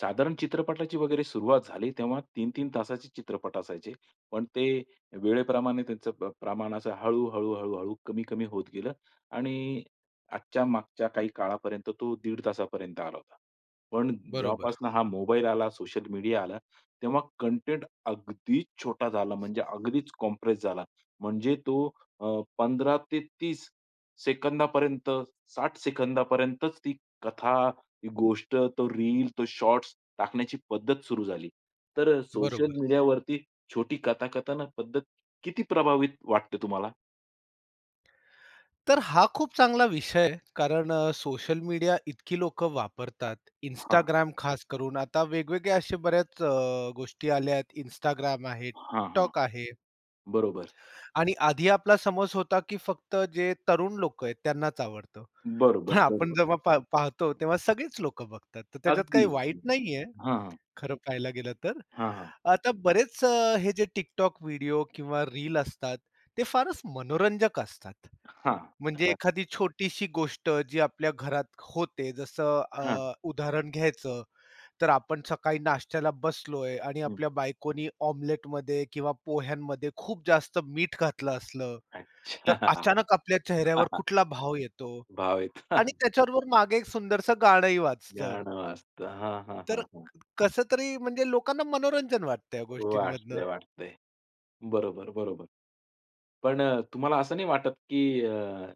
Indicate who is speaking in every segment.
Speaker 1: साधारण चित्रपटाची वगैरे सुरुवात झाली तेव्हा 3-3 तासाचे चित्रपट असायचे. पण ते वेळेप्रमाणे त्यांचं प्रमाण असं हळू-हळू, कमी-कमी होत गेलं आणि आजच्या मागच्या काही काळापर्यंत तो 1.5 तासापर्यंत आला होता. पण
Speaker 2: बरोबर,
Speaker 1: जेव्हापासून हा मोबाईल आला, सोशल मीडिया आला, तेव्हा कंटेंट अगदीच छोटा झाला म्हणजे अगदीच कॉम्प्रेस झाला. म्हणजे तो अ, 15 ते 30 सेकंदापर्यंत, 60 सेकंदापर्यंतच ती कथा ती गोष्ट, तो रील, तो शॉर्ट्स टाकण्याची पद्धत सुरू झाली. तर सोशल
Speaker 2: बरोबर.
Speaker 1: मीडियावरती छोटी कथाकथन पद्धत किती प्रभावित वाटते तुम्हाला?
Speaker 2: तर हा खूप चांगला विषय आहे, कारण सोशल मीडिया इतकी लोकं वापरतात.
Speaker 1: हां,
Speaker 2: इंस्टाग्राम खास करून आता वेगवेगळे असे बऱ्याच गोष्टी आल्या आहेत. इंस्टाग्राम आहे,
Speaker 1: हां, हां.
Speaker 2: TikTok आहे
Speaker 1: बरोबर.
Speaker 2: आणि आधी आपला समज होता, की फक्त जे तरुण लोकं आहेत त्यांनाच आवडतं. पण
Speaker 1: बरोबर,
Speaker 2: आपण
Speaker 1: बरोबर.
Speaker 2: जेव्हा पाहतो तेव्हा सगळेच लोकं बघतात. तर त्याच्यात
Speaker 1: अगदी.
Speaker 2: काही वाईट नाहीये,
Speaker 1: हां, हां.
Speaker 2: खरं पाहायला गेलं तर.
Speaker 1: हां, हां.
Speaker 2: आता बरेच हे जे TikTok व्हिडिओ किंवा रील असतात, ते फारच मनोरंजक असतात.
Speaker 1: हां.
Speaker 2: म्हणजे
Speaker 1: हां,
Speaker 2: एखादी छोटीशी गोष्ट जी आपल्या घरात होते जसं
Speaker 1: हां.
Speaker 2: उदाहरण घ्यायचं तर आपण सकाळी नाश्त्याला बसलोय आणि
Speaker 1: हं.
Speaker 2: आपल्या बायकोनी ऑमलेटमध्ये किंवा पोह्यांमध्ये खूप जास्त मीठ घातलं असलं, तर
Speaker 1: अच्छा.
Speaker 2: अचानक आपल्या
Speaker 1: हां,
Speaker 2: चेहऱ्यावर
Speaker 1: हां.
Speaker 2: कुठला भाव येतो
Speaker 1: भाव
Speaker 2: आणि
Speaker 1: आहेत.
Speaker 2: त्याच्याबरोबर मागे एक सुंदरसं गाणंही वाजतं.
Speaker 1: गाणं वाजतं. हां, हां,
Speaker 2: तर
Speaker 1: हां, हां.
Speaker 2: कसं तरी म्हणजे लोकांना मनोरंजन वाटतं या गोष्टींमधनं.
Speaker 1: वाटतंय, वाटतंय. बरोबर, बरोबर. पण तुम्हाला असं नाही वाटत की अ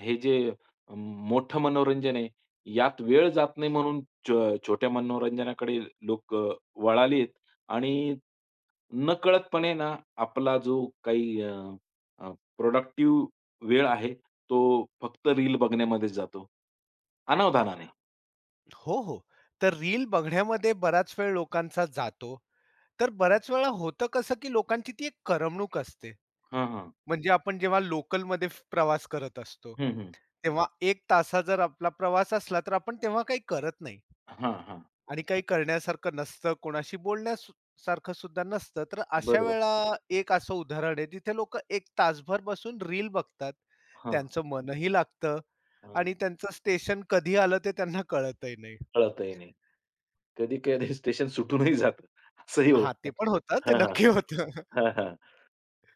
Speaker 1: हे जे अ, मोठं मनोरंजन आहे, यात वेळ जात नाही म्हणून छोट्या मनोरंजनाकडे लोकं वळालीत आणि नकळतपणे ना, आपला जो काही अ, अ, वेळ आहे, तो फक्त रील बघण्यामध्येच जातो. अनावधानाने.
Speaker 2: हो, हो. तर रील बघण्यामध्ये बराच वेळ लोकांचा जातो. तर बऱ्याच वेळा होतं कसं, की लोकांची ती एक करमणूक असते.
Speaker 1: हां, हां.
Speaker 2: म्हणजे आपण जेव्हा लोकलमध्ये प्रवास करत असतो,
Speaker 1: हं, हं.
Speaker 2: तेव्हा 1 तासा जर आपला प्रवास असला, तर आपण तेव्हा काही करत नाही
Speaker 1: हां, हां.
Speaker 2: आणि काही करण्यासारखं नसतं, कोणाशी बोलण्यास सारखं सुद्धा नसतं. तर अशा
Speaker 1: बरोबर.
Speaker 2: वेळा एक असं उदाहरण आहे, जिथे लोकं 1 तासभर बसून रील बघतात.
Speaker 1: हां,
Speaker 2: त्यांचं मनही लागतं
Speaker 1: हां.
Speaker 2: आणि त्यांचं स्टेशन कधी आलं ते त्यांना कळतही नाही.
Speaker 1: कळतही नाही. कधी-कधी स्टेशन सुटूनही जातं. असंही
Speaker 2: हां,
Speaker 1: होतं.
Speaker 2: ते पण होतं, ते
Speaker 1: हां, हां,
Speaker 2: नक्की
Speaker 1: हां.
Speaker 2: होतं.
Speaker 1: हां, हां.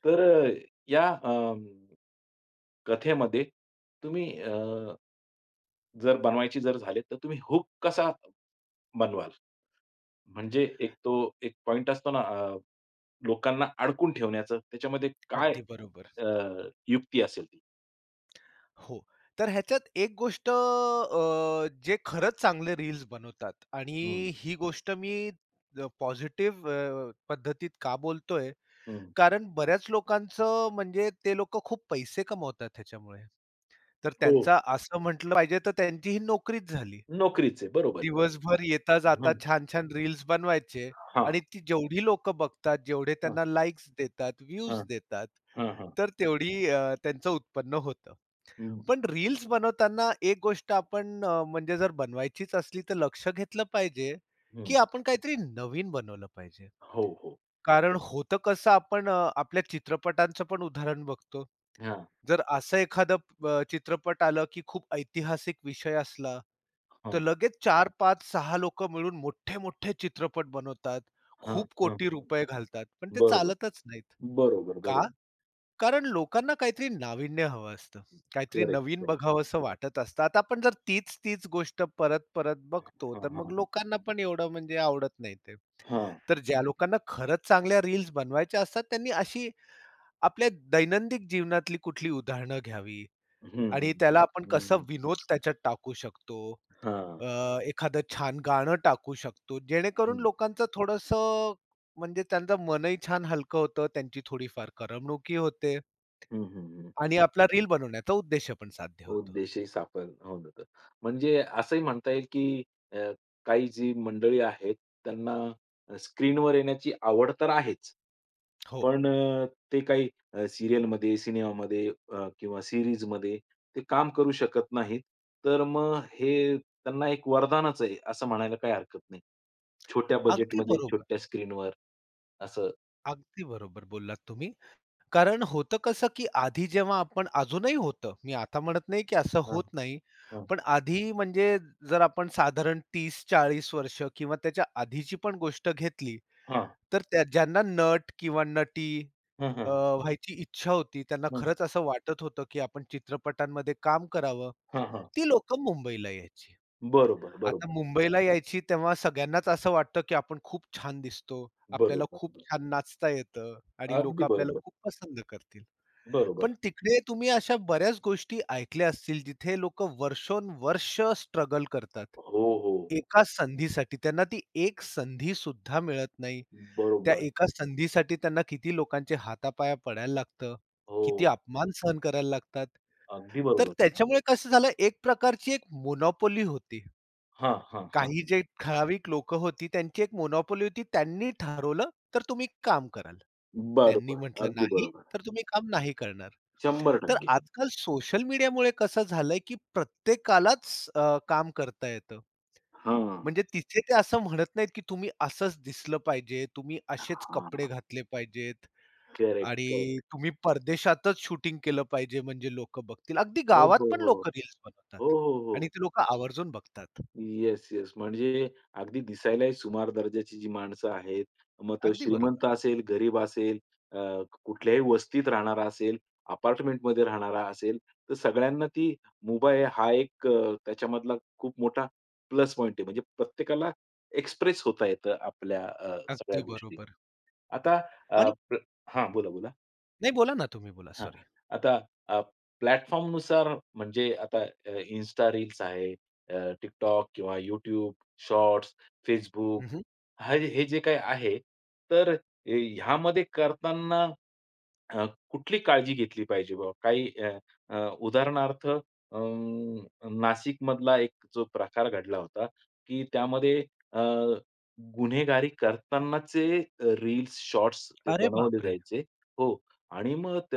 Speaker 1: तर या कथेमध्ये तुम्ही जर बनवायची जर झाली, तर तुम्ही हूक कसा बनवाल? म्हणजे एक तो एक पॉइंट असतो ना लोकांना अडकून ठेवण्याचं, त्याच्यामध्ये काय
Speaker 2: अगदी बरोबर.
Speaker 1: अ, युक्ती असेल ती?
Speaker 2: हो. तर ह्याच्यात एक गोष्ट जे खरंच चांगले रील्स बनवतात आणि
Speaker 1: हं,
Speaker 2: ही गोष्ट मी पॉझिटिव्ह पद्धतीत का बोलतोय?
Speaker 1: हं.
Speaker 2: कारण बऱ्याच लोकांचं म्हणजे ते लोकं खूप पैसे कमवतात ह्याच्यामुळे. तर
Speaker 1: हो,
Speaker 2: त्यांचा असं म्हटलं पाहिजे तर त्यांची ही नोकरीच झाली.
Speaker 1: नोकरीचे. बरोबर.
Speaker 2: दिवसभर येता-जाता
Speaker 1: हं.
Speaker 2: छान-छान रील्स बनवायचे
Speaker 1: हां.
Speaker 2: आणि ती जेवढी लोकं बघतात, जेवढे
Speaker 1: हां,
Speaker 2: त्यांना लाइक्स देतात,
Speaker 1: हां,
Speaker 2: व्ह्यूज देतात,
Speaker 1: हां, हां.
Speaker 2: तर तेवढी त्यांचं उत्पन्न होतं.
Speaker 1: हं,
Speaker 2: पण रील्स बनवताना एक गोष्ट आपण म्हणजे जर बनवायचीच असली तर लक्ष घेतलं पाहिजे, की
Speaker 1: हं.
Speaker 2: आपण काहीतरी नवीन बनवलं पाहिजे.
Speaker 1: हो, हो.
Speaker 2: कारण होतं कसं आपण आपल्या चित्रपटांचं पण उदाहरण बघतो.
Speaker 1: हां,
Speaker 2: जर असं एखादं चित्रपट आलं, की खूप ऐतिहासिक विषय असला, तर
Speaker 1: हां,
Speaker 2: लगेच 4, 5, 6 लोकं मिळून मोठे-मोठे चित्रपट बनवतात.
Speaker 1: हां,
Speaker 2: खूप
Speaker 1: हां.
Speaker 2: कोटी रुपये घालतात. पण ते
Speaker 1: बरोबर,
Speaker 2: चालतच नाहीत.
Speaker 1: बरोबर,
Speaker 2: का?
Speaker 1: बरोबर.
Speaker 2: कारण लोकांना काहीतरी नाविन्य हवं असतं. काहीतरी
Speaker 1: करेक्ट,
Speaker 2: नवीन
Speaker 1: करेक्ट.
Speaker 2: बघावसं वाटत असतं. आता आपण जर तीच-तीच गोष्ट परत-परत बघतो,
Speaker 1: हां,
Speaker 2: तर मग
Speaker 1: हां, हां.
Speaker 2: लोकांना पण एवढं म्हणजे आवडत नाही ते.
Speaker 1: हां.
Speaker 2: तर ज्या लोकांना खरंच चांगल्या रील्स बनवायच्या असतात, त्यांनी अशी आपल्या दैनंदिन जीवनातली कुठली उदाहरणं घ्यावी
Speaker 1: हं, हं,
Speaker 2: आणि
Speaker 1: हं.
Speaker 2: त्याला आपण
Speaker 1: हं,
Speaker 2: कसा
Speaker 1: हं.
Speaker 2: विनोद त्याच्यात टाकू शकतो.
Speaker 1: हां.
Speaker 2: अ, एखादं छान गाणं टाकू शकतो, जेणेकरून
Speaker 1: हं.
Speaker 2: लोकांचं थोडंसं म्हणजे त्यांचं मनही छान हलकं होतं, त्यांची थोडीफार करमणुकी होते.
Speaker 1: हं,
Speaker 2: आणि आपला रील बनवण्याचा उद्देश पण साध्य होतो.
Speaker 1: उद्देशही साफल होऊन जातो. म्हणजे असंही म्हणता येईल, की अ, काही जी मंडळी आहेत, त्यांना स्क्रीनवर येण्याची आवड तर आहेच.
Speaker 2: हो.
Speaker 1: पण ते काही सीरियलमध्ये, सिनेमामध्ये किंवा सीरीजमध्ये ते काम करू शकत नाहीत. तर मग हे त्यांना एक वरदानच आहे, असं म्हणायला काही हरकत नाही. छोट्या
Speaker 2: अगदी
Speaker 1: बजेटमध्ये,
Speaker 2: बरोबर.
Speaker 1: छोट्या स्क्रीनवर असं.
Speaker 2: अगदी बरोबर बोललात तुम्ही. कारण होतं कसं, की आधी जेव्हा आपण अजूनही होतं, मी आता म्हणत नाही, की असं
Speaker 1: हां,
Speaker 2: होत नाही.
Speaker 1: हां.
Speaker 2: पण आधी म्हणजे जर आपण साधारण 30-40 वर्ष किंवा त्याच्या आधीची पण गोष्ट घेतली,
Speaker 1: हां.
Speaker 2: तर त्या ज्यांना नट किंवा नटी
Speaker 1: हां, हां,
Speaker 2: अ,
Speaker 1: हां.
Speaker 2: व्हायची इच्छा होती, त्यांना
Speaker 1: हं.
Speaker 2: खरंच असं वाटत होतं, की आपण चित्रपटांमध्ये काम करावं.
Speaker 1: हां,
Speaker 2: ती लोकं मुंबईला यायची.
Speaker 1: बरोबर,
Speaker 2: आता
Speaker 1: बरोबर.
Speaker 2: मुंबईला यायची तेव्हा सगळ्यांनाच असं वाटतं, की आपण खूप छान दिसतो. आपल्याला
Speaker 1: बरोबर.
Speaker 2: खूप छान नाचता येतं आणि
Speaker 1: अगदी
Speaker 2: लोकं आपल्याला
Speaker 1: बरोबर.
Speaker 2: खूप पसंत करतील. पण
Speaker 1: बरोबर.
Speaker 2: तिकडे तुम्ही अशा बऱ्याच गोष्टी ऐकल्या असतील, जिथे लोकं वर्षोनवर्ष स्ट्रगल करतात.
Speaker 1: हो, हो.
Speaker 2: एका संधीसाठी त्यांना ती एक संधी सुद्धा मिळत नाही. त्या
Speaker 1: बरोबर.
Speaker 2: एका संधीसाठी त्यांना किती लोकांचे हातापाया पडायला लागतं, किती
Speaker 1: हो.
Speaker 2: अपमान सहन करायला लागतात.
Speaker 1: अगदी
Speaker 2: तर
Speaker 1: बरोबर.
Speaker 2: त्याच्यामुळे कसं झालं, एक प्रकारची एक मोनोपोली होती.
Speaker 1: हां, हां, हां,
Speaker 2: काही
Speaker 1: हां.
Speaker 2: जे ठराविक लोकं होती, त्यांची एक मोनोपोली होती. त्यांनी ठरवलं, तर तुम्ही काम कराल. त्यांनी
Speaker 1: बरोबर.
Speaker 2: म्हटलं
Speaker 1: अगदी
Speaker 2: नाही,
Speaker 1: बरोबर.
Speaker 2: तर तुम्ही काम नाही करणार. तर
Speaker 1: 100%
Speaker 2: आजकाल सोशल मीडियामुळे कसं झालंय, की प्रत्येकालाच काम करता येतं.
Speaker 1: हां.
Speaker 2: म्हणजे तिथे ते असं म्हणत नाहीत, की तुम्ही असंच दिसलं पाहिजे, तुम्ही असेच कपडे
Speaker 1: हां.
Speaker 2: घातले पाहिजेत
Speaker 1: करेक्ट,
Speaker 2: आणि
Speaker 1: करेक्ट.
Speaker 2: तुम्ही परदेशातच शूटिंग केलं पाहिजे म्हणजे लोकं बघतील. अगदी
Speaker 1: हो, हो,
Speaker 2: गावात पण
Speaker 1: हो.
Speaker 2: लोकं रील्स
Speaker 1: हो,
Speaker 2: बनवतात
Speaker 1: हो, हो.
Speaker 2: आणि ते लोकं आवर्जून बघतात.
Speaker 1: Yes, yes. म्हणजे अगदी दिसायलाही सुमार दर्जाची जी माणसं आहेत, मग तो
Speaker 2: अगदी
Speaker 1: श्रीमंत
Speaker 2: बरोबर.
Speaker 1: असेल, गरीब असेल, अ, कुठल्याही वस्तीत राहणारा असेल, अपार्टमेंटमध्ये राहणारा असेल, तर सगळ्यांना ती मोबाईल हा एक त्याच्यामधला खूप मोठा प्लस पॉइंट आहे. म्हणजे प्रत्येकाला एक्सप्रेस होता येतं आपल्या सगळ्या
Speaker 2: अगदी
Speaker 1: गोष्टी.
Speaker 2: बरोबर.
Speaker 1: आता अ,
Speaker 2: आणि
Speaker 1: प्र हां, बोला, बोला.
Speaker 2: नाही बोला ना तुम्ही बोला,
Speaker 1: हां.
Speaker 2: सॉरी.
Speaker 1: आता अ, प्लॅटफॉर्मनुसार म्हणजे आता Insta रील्स आहे, अ, TikTok किंवा YouTube शॉर्ट्स, Facebook
Speaker 2: हं,
Speaker 1: हे हे जे काही आहे, तर ह्यामध्ये करताना कुठली काळजी घेतली पाहिजे बुवा? काही अ, अ, उदाहरणार्थ नाशिकमधला एक जो प्रकार घडला होता, की त्यामध्ये अ, गुन्हेगारी करतानाचे रील्स, शॉर्ट्स ते
Speaker 2: अरे
Speaker 1: बनवले
Speaker 2: बापरे!
Speaker 1: जायचे. हो. आणि मग त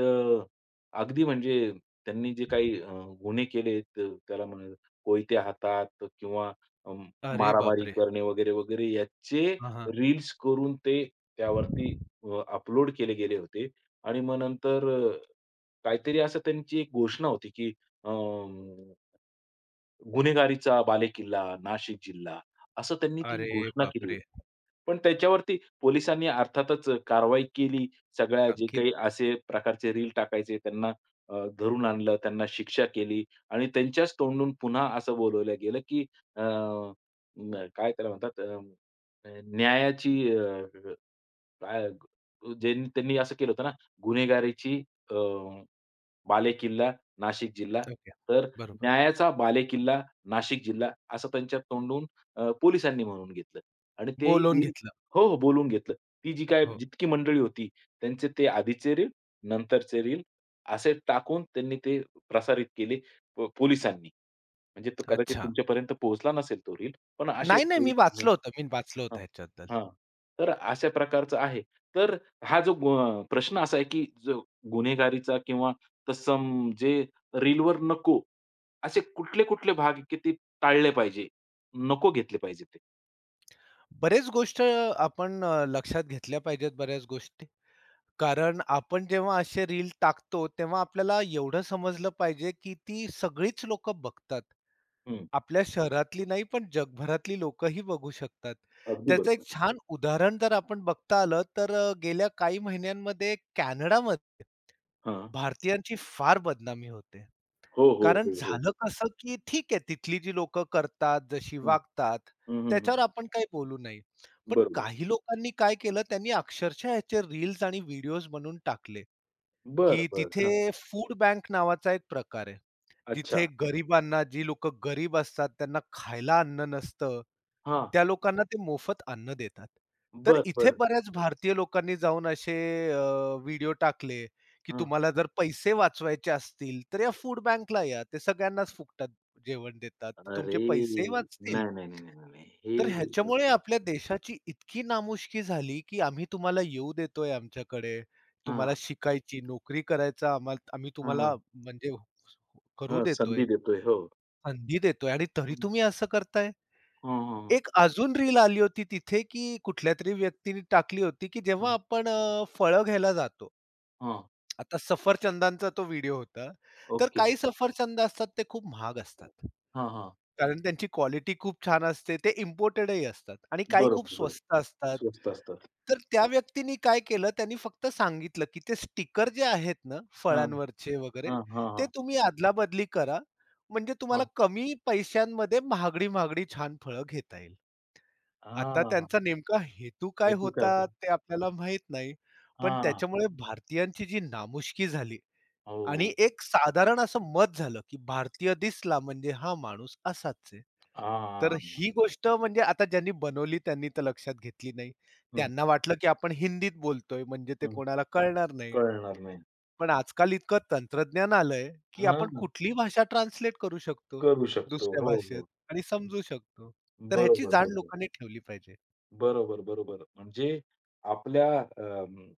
Speaker 1: अगदी म्हणजे त्यांनी जे काही गुन्हे केलेत, त्याला म्हणा कोयते हातात किंवा
Speaker 2: अरे
Speaker 1: मारामारी
Speaker 2: बापरे!
Speaker 1: करणे वगैरे, वगैरे याचे
Speaker 2: हां, हां.
Speaker 1: रील्स करून ते त्यावरती अपलोड केले गेले होते आणि मग नंतर काहीतरी असं त्यांची एक घोषणा होती, की अ, गुन्हेगारीचा बालेकिल्ला, नाशिक जिल्हा असं त्यांनी ती
Speaker 2: अरे
Speaker 1: घोषणा केली होती.
Speaker 2: बापरे!
Speaker 1: पण त्याच्यावरती पोलिसांनी अर्थातच कारवाई केली. सगळ्या जे
Speaker 2: नक्कीच.
Speaker 1: काही असे प्रकारचे रील टाकायचे त्यांना धरून आणलं, त्यांना शिक्षा केली आणि त्यांच्याच तोंडून पुन्हा असं बोलवलं गेलं, की अ, काय त्याला म्हणतात न्यायाची काय ज्यांनी त्यांनी असं केलं होतं ना, गुन्हेगारीची बालेकिल्ला, नाशिक जिल्हा.
Speaker 2: ओके.
Speaker 1: तर
Speaker 2: बरोबर.
Speaker 1: न्यायाचा बालेकिल्ला, नाशिक जिल्हा असं त्यांच्या तोंडून पोलिसांनी म्हणून घेतलं आणि ते
Speaker 2: बोलावून
Speaker 1: रील
Speaker 2: घेतलं.
Speaker 1: हो, हो. बोलवून घेतलं. ती जी काय
Speaker 2: हो.
Speaker 1: जितकी मंडळी होती त्यांचे ते आधीचे रील, नंतरचे रील असे टाकून त्यांनी ते प्रसारित केले पोलिसांनी. म्हणजे तो कदाचित
Speaker 2: अच्छा.
Speaker 1: तुमच्यापर्यंत पोहोचला नसेल तो रील, पण असे
Speaker 2: नाही, नाही. मी वाचलं होतं. मी वाचलं
Speaker 1: हां,
Speaker 2: होतं ह्याच्याबद्दल.
Speaker 1: हां. तर अशा प्रकारचं आहे. तर हा जो प्रश्न असा आहे, की जो गुन्हेगारीचा किंवा तत्सम जे रीलवर नको, असे कुठले-कुठले भाग आहे की ते टाळले पाहिजे, नको घेतले पाहिजे ते.
Speaker 2: बरेच गोष्ट आपण लक्षात घेतल्या पाहिजेत बऱ्याच गोष्टी. कारण आपण जेव्हा असे रील टाकतो, तेव्हा आपल्याला एवढं समजलं पाहिजे, की ती सगळीच लोकं बघतात.
Speaker 1: हं,
Speaker 2: आपल्या शहरातली नाही, पण जगभरातली लोकंही बघू शकतात.
Speaker 1: अगदी
Speaker 2: त्याचं
Speaker 1: बरोबर.
Speaker 2: एक छान उदाहरण जर आपण बघता आलं, तर गेल्या काही महिन्यांमध्ये कॅनडामध्ये
Speaker 1: हां.
Speaker 2: भारतीयांची फार बदनामी होते.
Speaker 1: हो, हो,
Speaker 2: कारण
Speaker 1: हो, हो.
Speaker 2: झालं कसं, की ठीक आहे, तिथली जी लोकं करतात, जशी
Speaker 1: हं,
Speaker 2: वागतात,
Speaker 1: हं, हं,
Speaker 2: त्याच्यावर
Speaker 1: हं.
Speaker 2: आपण काही बोलू नाही. पण
Speaker 1: बरोबर.
Speaker 2: काही लोकांनी काय केलं, त्यांनी अक्षरशः ह्याचे रील्स आणि व्हिडिओज बनवून टाकले.
Speaker 1: बरं,
Speaker 2: की
Speaker 1: बरं. हां.
Speaker 2: तिथे फूड बँक नावाचा एक प्रकार आहे.
Speaker 1: अच्छा.
Speaker 2: जिथे गरिबांना, जी लोकं गरीब असतात, त्यांना खायला अन्न नसतं,
Speaker 1: हां.
Speaker 2: त्या लोकांना ते मोफत अन्न देतात. तर
Speaker 1: बरं,
Speaker 2: इथे
Speaker 1: बरं.
Speaker 2: बऱ्याच भारतीय लोकांनी जाऊन असे अ, व्हिडिओ टाकले, की
Speaker 1: हां.
Speaker 2: तुम्हाला जर पैसे वाचवायचे असतील, तर या फूड बँकला या. ते सगळ्यांनाच फुकटात जेवण देतात. तर
Speaker 1: अरे!
Speaker 2: तुमचे
Speaker 1: नाही,
Speaker 2: पैसेही वाचतील
Speaker 1: नाही, नाही, नाही, नाही.
Speaker 2: तर ह्याच्यामुळे
Speaker 1: हे
Speaker 2: आपल्या देशाची इतकी नामुष्की झाली, की आम्ही तुम्हाला येऊ देतोय आमच्याकडे, तुम्हाला
Speaker 1: हां,
Speaker 2: शिकायची, नोकरी करायचा आम्ही
Speaker 1: हां, हां.
Speaker 2: तुम्हाला म्हणजे करू
Speaker 1: हां,
Speaker 2: देतोय,
Speaker 1: संधी देतोय. हो.
Speaker 2: संधी देतोय आणि तरी
Speaker 1: हं.
Speaker 2: तुम्ही असं करताय.
Speaker 1: हां, हां, हां.
Speaker 2: एक अजून रील आली होती तिथे, की कुठल्यातरी व्यक्तीने टाकली होती, की
Speaker 1: हां,
Speaker 2: जेव्हा आपण फळं घ्यायला जातो.
Speaker 1: हां.
Speaker 2: आता सफरचंदांचा तो व्हिडिओ होता. तर
Speaker 1: ओके.
Speaker 2: काही सफरचंद असतात ते खूप महाग असतात.
Speaker 1: हां, हां.
Speaker 2: कारण त्यांची क्वालिटी खूप छान असते. ते इम्पोर्टेडही असतात आणि काही खूप
Speaker 1: बरोबर, बरोबर.
Speaker 2: स्वस्त असतात.
Speaker 1: स्वस्त असतात.
Speaker 2: तर त्या व्यक्तीनी काय केलं, त्यांनी फक्त सांगितलं, की ते स्टिकर जे आहेत ना
Speaker 1: हां,
Speaker 2: फळांवरचे वगैरे,
Speaker 1: हां, हां,
Speaker 2: ते
Speaker 1: हां.
Speaker 2: तुम्ही अदलाबदली करा. म्हणजे तुम्हाला
Speaker 1: हां.
Speaker 2: कमी पैशांमध्ये महागडी-महागडी छान फळं घेता येईल. आता
Speaker 1: हां.
Speaker 2: त्यांचा नेमका हेतू काय
Speaker 1: काही चुका असेल.
Speaker 2: होता, ते आपल्याला माहीत नाही. पण
Speaker 1: हां.
Speaker 2: त्याच्यामुळे भारतीयांची जी नामुष्की झाली आणि
Speaker 1: हो.
Speaker 2: एक साधारण असं मत झालं, की भारतीय दिसला म्हणजे हा माणूस असाच आहे. तर
Speaker 1: हां.
Speaker 2: ही गोष्ट म्हणजे आता ज्यांनी बनवली त्यांनी तर लक्षात घेतली नाही.
Speaker 1: हं,
Speaker 2: त्यांना वाटलं, की आपण हिंदीत बोलतोय म्हणजे ते
Speaker 1: हं.
Speaker 2: कोणाला कळणार नाही.
Speaker 1: कळणार नाही.
Speaker 2: पण आजकाल इतकं तंत्रज्ञान आलंय, की आपण
Speaker 1: हां,
Speaker 2: कुठलीही भाषा ट्रान्सलेट करू शकतो
Speaker 1: करू शकतो.
Speaker 2: दुसऱ्या
Speaker 1: हो,
Speaker 2: भाषेत
Speaker 1: हो.
Speaker 2: आणि समजू शकतो. तर ह्याची
Speaker 1: बरोबर,
Speaker 2: जाण
Speaker 1: बरोबर.
Speaker 2: लोकांनी ठेवली पाहिजे.
Speaker 1: बरोबर, बरोबर. म्हणजे आपल्या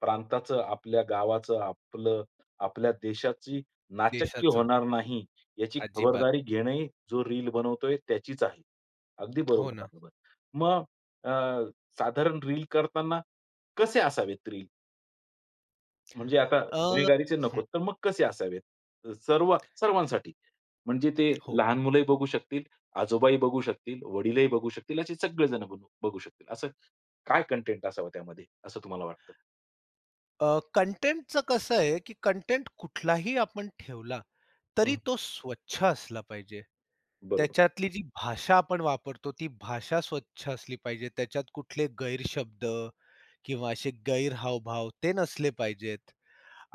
Speaker 1: प्रांताचं, आपल्या गावाचं, आपलं आपल्या देशाची नाचक्की
Speaker 2: देशाचं.
Speaker 1: होणार नाही याची
Speaker 2: अजिबात.
Speaker 1: खबरदारी घेणंही जो रील बनवतोय त्याचीच आहे. अगदी
Speaker 2: हो
Speaker 1: बरोबर,
Speaker 2: ना.
Speaker 1: बरोबर. मग अ, साधारण रील करताना कसे असावेत रील? म्हणजे आता
Speaker 2: अ
Speaker 1: गुन्हेगारीचे नको,
Speaker 2: हं.
Speaker 1: तर मग कसे असावेत? सर्व सर्वांसाठी. म्हणजे ते
Speaker 2: हो.
Speaker 1: लहान मुलंही बघू शकतील, आजोबाही बघू शकतील, वडीलही बघू शकतील, असे सगळेजण बघू शकतील. असं काय कंटेंट असावं त्यामध्ये, असं तुम्हाला वाटतं?
Speaker 2: कंटेंटचं कसं आहे, की कंटेंट कुठलाही आपण ठेवला, तरी
Speaker 1: हं,
Speaker 2: तो स्वच्छ असला पाहिजे.
Speaker 1: बरोबर.
Speaker 2: त्याच्यातली जी भाषा आपण वापरतो, ती भाषा स्वच्छ असली पाहिजे. त्याच्यात कुठले गैरशब्द किंवा असे गैरहावभाव ते नसले पाहिजेत.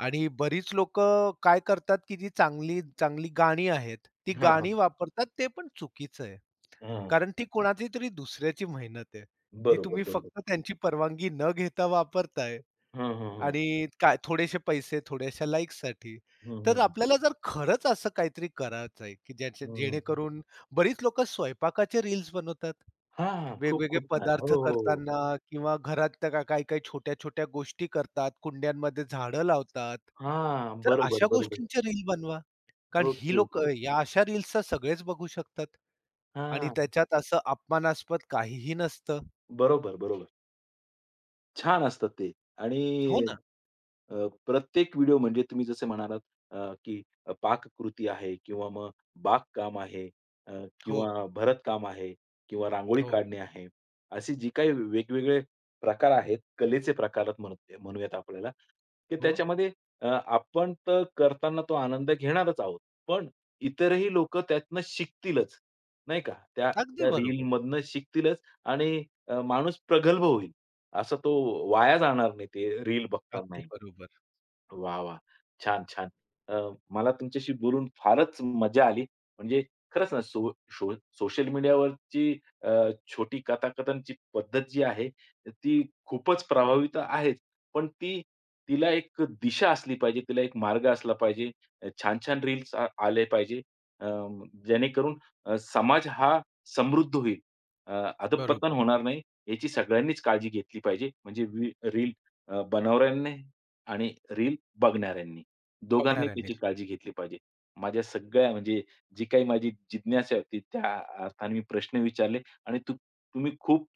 Speaker 2: आणि बरीच लोकं काय करतात, की जी चांगली चांगली गाणी आहेत, ती
Speaker 1: हां,
Speaker 2: गाणी
Speaker 1: हां.
Speaker 2: वापरतात, ते पण चुकीचं आहे.
Speaker 1: हां.
Speaker 2: कारण ती कोणाची तरी दुसऱ्याची मेहनत आहे. ती
Speaker 1: बरोबर,
Speaker 2: तुम्ही
Speaker 1: बरोबर.
Speaker 2: फक्त त्यांची परवानगी न घेता वापरताय
Speaker 1: हं, हं, हं.
Speaker 2: आणि काय थोडेसे पैसे थोड्याशा लाइक्ससाठी.
Speaker 1: हं, हं,
Speaker 2: तर
Speaker 1: हं.
Speaker 2: आपल्याला जर खरंच असं काहीतरी करायचं आहे, की ज्याच्या
Speaker 1: हं.
Speaker 2: जेणेकरून बरीच लोकं स्वयंपाकाचे रील्स बनवतात.
Speaker 1: खूप
Speaker 2: वेगवेगळे
Speaker 1: खूप छान. हो,
Speaker 2: पदार्थ
Speaker 1: हो, हो.
Speaker 2: करताना किंवा घरात काही-काही छोट्या-छोट्या गोष्टी करतात, कुंड्यांमध्ये झाडं लावतात.
Speaker 1: हां,
Speaker 2: तर
Speaker 1: बरोबर,
Speaker 2: अशा
Speaker 1: बरोबर.
Speaker 2: गोष्टींचे रील बनवा. कारण ही
Speaker 1: ओके, ओके.
Speaker 2: लोकं या अशा रील्सचा सगळेच बघू शकतात. आणि
Speaker 1: हां,
Speaker 2: त्याच्यात असं अपमानास्पद काहीही नसतं.
Speaker 1: बरोबर, बरोबर. छान असतात ते
Speaker 2: हो
Speaker 1: आणि
Speaker 2: ना.
Speaker 1: अ, प्रत्येक व्हिडिओ म्हणजे तुम्ही जसे म्हणालात की पाककृती आहे किंवा मग बागकाम आहे अ,
Speaker 2: हो,
Speaker 1: किंवा भरतकाम आहे किंवा रांगोळी
Speaker 2: हो,
Speaker 1: काढणे आहे. असे जे काही वेगवेगळे प्रकार आहेत, कलेचे प्रकार म्हणूयात आपल्याला, की
Speaker 2: हो.
Speaker 1: त्याच्यामध्ये आपण तर करताना तो आनंद घेणारच आहोत. पण इतरही लोकं त्यातनं शिकतीलच, नाही का? त्या
Speaker 2: अगदी
Speaker 1: त्या
Speaker 2: बरोबर,
Speaker 1: रीलमधनं शिकतीलच आणि माणूस प्रगल्भ होईल. असं तो वाया जाणार नाही ते रील बघताना.
Speaker 2: अगदी बरोबर.
Speaker 1: वाह, वाह! छान, छान. अ, मला तुमच्याशी बोलून फारच मजा आली. म्हणजे खरंच ना सो शो सोशल मीडियावरची अ, छोटी कथाकथनची पद्धत जी आहे, ती खूपच प्रभावी तर आहेच, पण ती तिला एक दिशा असली पाहिजे, तिला एक मार्ग असला पाहिजे. छान-छान रील्स आले पाहिजे. अ, जेणेकरून समाज हा समृद्ध होईल. अ, अधःपतन
Speaker 2: बरोबर.
Speaker 1: होणार नाही, याची सगळ्यांनीच काळजी घेतली पाहिजे. म्हणजे रील बनवणाऱ्यांनी आणि रील बघणाऱ्यांनी. दोघांनी त्याची
Speaker 2: बघणाऱ्यांनीच.
Speaker 1: काळजी घेतली पाहिजे. माझ्या सगळ्या म्हणजे जी काही माझी जिज्ञासा होती त्या अर्थाने मी प्रश्न विचारले आणि तुम्ही खूप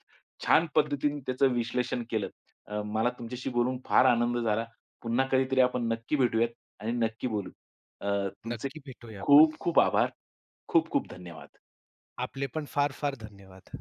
Speaker 1: छान पद्धतीने त्याचं विश्लेषण केलंत. मला तुमच्याशी बोलून फार आनंद झाला. पुन्हा कधीतरी आपण नक्की भेटूयात आणि नक्की बोलू. तुमचे
Speaker 2: नक्की भेटूया आपण.
Speaker 1: खूप खूप आभार. खूप खूप धन्यवाद.
Speaker 2: आपले पण फार-फार धन्यवाद.